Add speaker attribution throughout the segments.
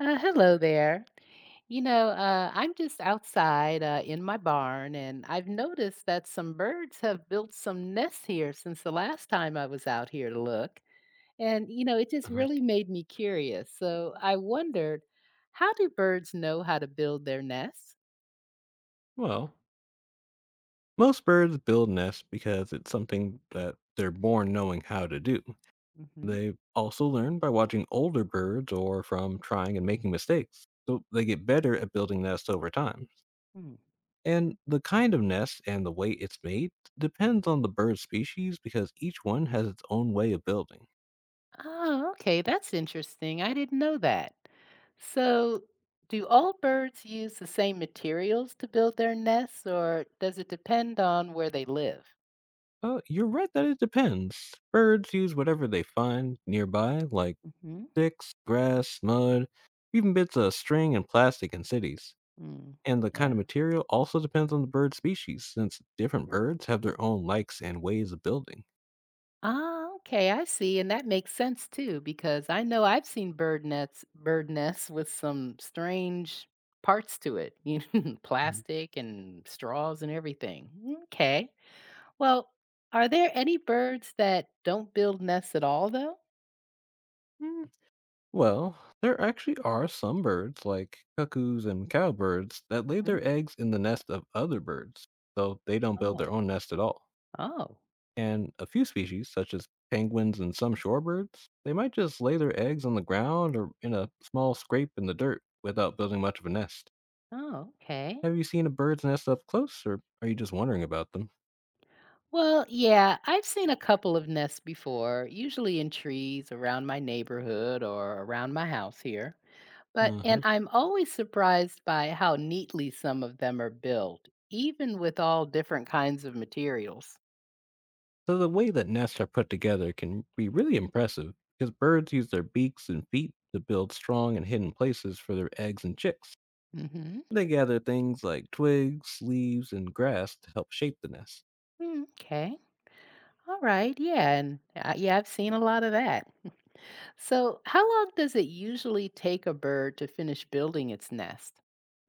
Speaker 1: Hello there. I'm just outside in my barn, and I've noticed that some birds have built some nests here since the last time I was out here to look. And, it just
Speaker 2: Uh-huh.
Speaker 1: really made me curious. So I wondered, how do birds know how to build their nests?
Speaker 2: Well, most birds build nests because it's something that they're born knowing how to do.
Speaker 1: Hmm.
Speaker 2: They also learn by watching older birds or from trying and making mistakes. So they get better at building nests over time.
Speaker 1: Hmm.
Speaker 2: And the kind of nest and the way it's made depends on the bird species because each one has its own way of building.
Speaker 1: Oh, okay. That's interesting. I didn't know that. So, do all birds use the same materials to build their nests, or does it depend on where they live?
Speaker 2: You're right that it depends. Birds use whatever they find nearby, like
Speaker 1: Mhm.
Speaker 2: sticks, grass, mud, even bits of string and plastic in cities.
Speaker 1: Mm.
Speaker 2: And the kind
Speaker 1: Yeah.
Speaker 2: of material also depends on the bird species, since different birds have their own likes and ways of building.
Speaker 1: Ah, okay, I see, and that makes sense too because I know I've seen bird nests with some strange parts to it, plastic and straws and everything. Okay. Well, are there any birds that don't build nests at all though?
Speaker 2: Mm. Well, there actually are some birds, like cuckoos and cowbirds, that lay
Speaker 1: Mhm.
Speaker 2: their eggs in the nest of other birds, though they don't build
Speaker 1: Oh,
Speaker 2: their own nest at all.
Speaker 1: oh,
Speaker 2: And a few species, such as penguins and some shorebirds, they might just lay their eggs on the ground or in a small scrape in the dirt without building much of a nest.
Speaker 1: oh, okay.
Speaker 2: Have you seen a bird's nest up close, or are you just wondering about them?
Speaker 1: Well, yeah, I've seen a couple of nests before, usually in trees around my neighborhood or around my house here. But
Speaker 2: Uh
Speaker 1: and
Speaker 2: huh.
Speaker 1: I'm always surprised by how neatly some of them are built, even with all different kinds of materials.
Speaker 2: So the way that nests are put together can be really impressive because birds use their beaks and feet to build strong and hidden places for their eggs and chicks.
Speaker 1: Mhm.
Speaker 2: They gather things like twigs, leaves, and grass to help shape the nest.
Speaker 1: Mm, okay. All right. Yeah, and yeah, I've seen a lot of that. So, how long does it usually take a bird to finish building its nest?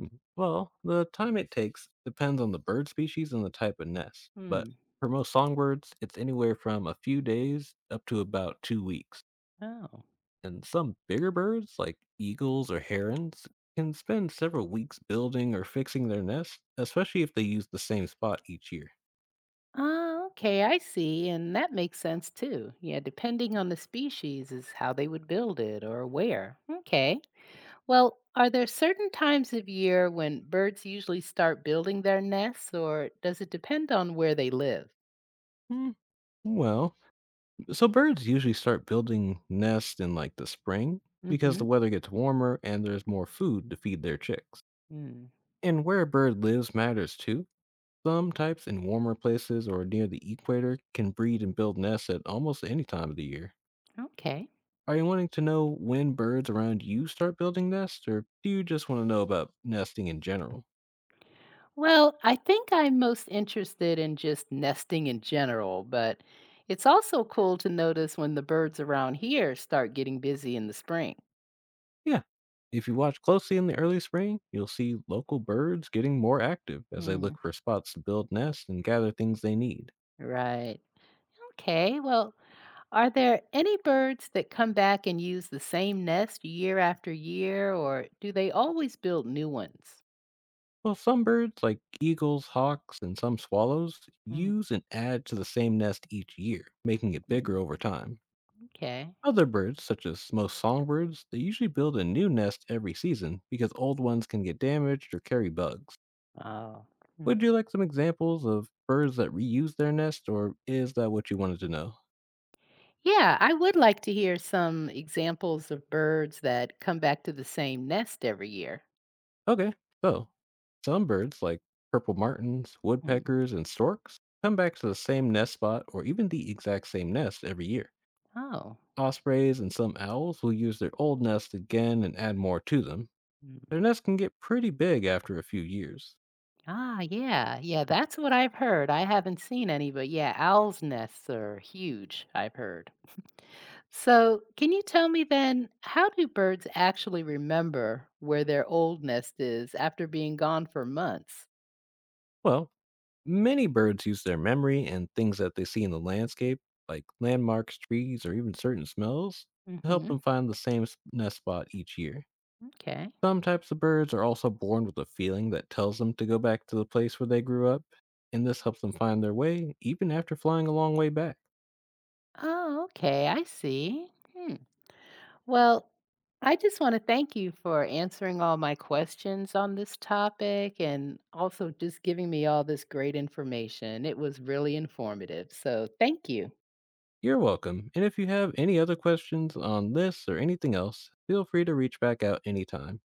Speaker 2: Mhm. Well, the time it takes depends on the bird species and the type of nest, but
Speaker 1: Hmm.
Speaker 2: for most songbirds, it's anywhere from a few days up to about 2 weeks.
Speaker 1: Oh.
Speaker 2: And some bigger birds, like eagles or herons, can spend several weeks building or fixing their nest, especially if they use the same spot each year.
Speaker 1: Ah, okay, I see. And that makes sense too. Yeah, depending on the species is how they would build it or where. Okay. Well, are there certain times of year when birds usually start building their nests, or does it depend on where they live?
Speaker 2: Hmm. Well, so birds usually start building nests in like the spring because
Speaker 1: Mm-hmm.
Speaker 2: the weather gets warmer and there's more food to feed their chicks.
Speaker 1: Mm.
Speaker 2: And where a bird lives matters too. Some types in warmer places or near the equator can breed and build nests at almost any time of the year.
Speaker 1: Okay.
Speaker 2: Are you wanting to know when birds around you start building nests, or do you just want to know about nesting in general?
Speaker 1: Well, I think I'm most interested in just nesting in general, but it's also cool to notice when the birds around here start getting busy in the spring.
Speaker 2: Yeah. If you watch closely in the early spring, you'll see local birds getting more active as they
Speaker 1: Mm.
Speaker 2: look for spots to build nests and gather things they need.
Speaker 1: Right. Okay. Well, are there any birds that come back and use the same nest year after year, or do they always build new ones?
Speaker 2: Well, some birds, like eagles, hawks, and some swallows, use and add to the same nest each year, making it
Speaker 1: Mm,
Speaker 2: bigger over time.
Speaker 1: okay.
Speaker 2: Other birds, such as most songbirds, they usually build a new nest every season because old ones can get damaged or carry bugs.
Speaker 1: Oh. Hmm.
Speaker 2: Would you like some examples of birds that reuse their nest, or is that what you wanted to know?
Speaker 1: Yeah, I would like to hear some examples of birds that come back to the same nest every year.
Speaker 2: Okay, so some birds, like purple martins,
Speaker 1: Hmm.
Speaker 2: woodpeckers, and storks, come back to the same nest spot or even the exact same nest every year.
Speaker 1: Oh.
Speaker 2: Ospreys and some owls will use their old nest again and add more to them.
Speaker 1: Mm.
Speaker 2: Their nests can get pretty big after a few years.
Speaker 1: Ah, yeah. Yeah, that's what I've heard. I haven't seen any, but yeah, owls' nests are huge, I've heard. So, can you tell me then, how do birds actually remember where their old nest is after being gone for months?
Speaker 2: Well, many birds use their memory and things that they see in the landscape, like landmarks, trees, or even certain smells, to help
Speaker 1: Hmm.
Speaker 2: them find the nest spot each year.
Speaker 1: Okay.
Speaker 2: Some types of birds are also born with a feeling that tells them to go back to the place where they grew up, and this helps them find their way even after flying a long way back.
Speaker 1: Oh, okay. I see. Hmm. Well, I just want to thank you for answering all my questions on this topic and also just giving me all this great information. It was really informative. So, thank you.
Speaker 2: You're welcome, and if you have any other questions on this or anything else, feel free to reach back out anytime.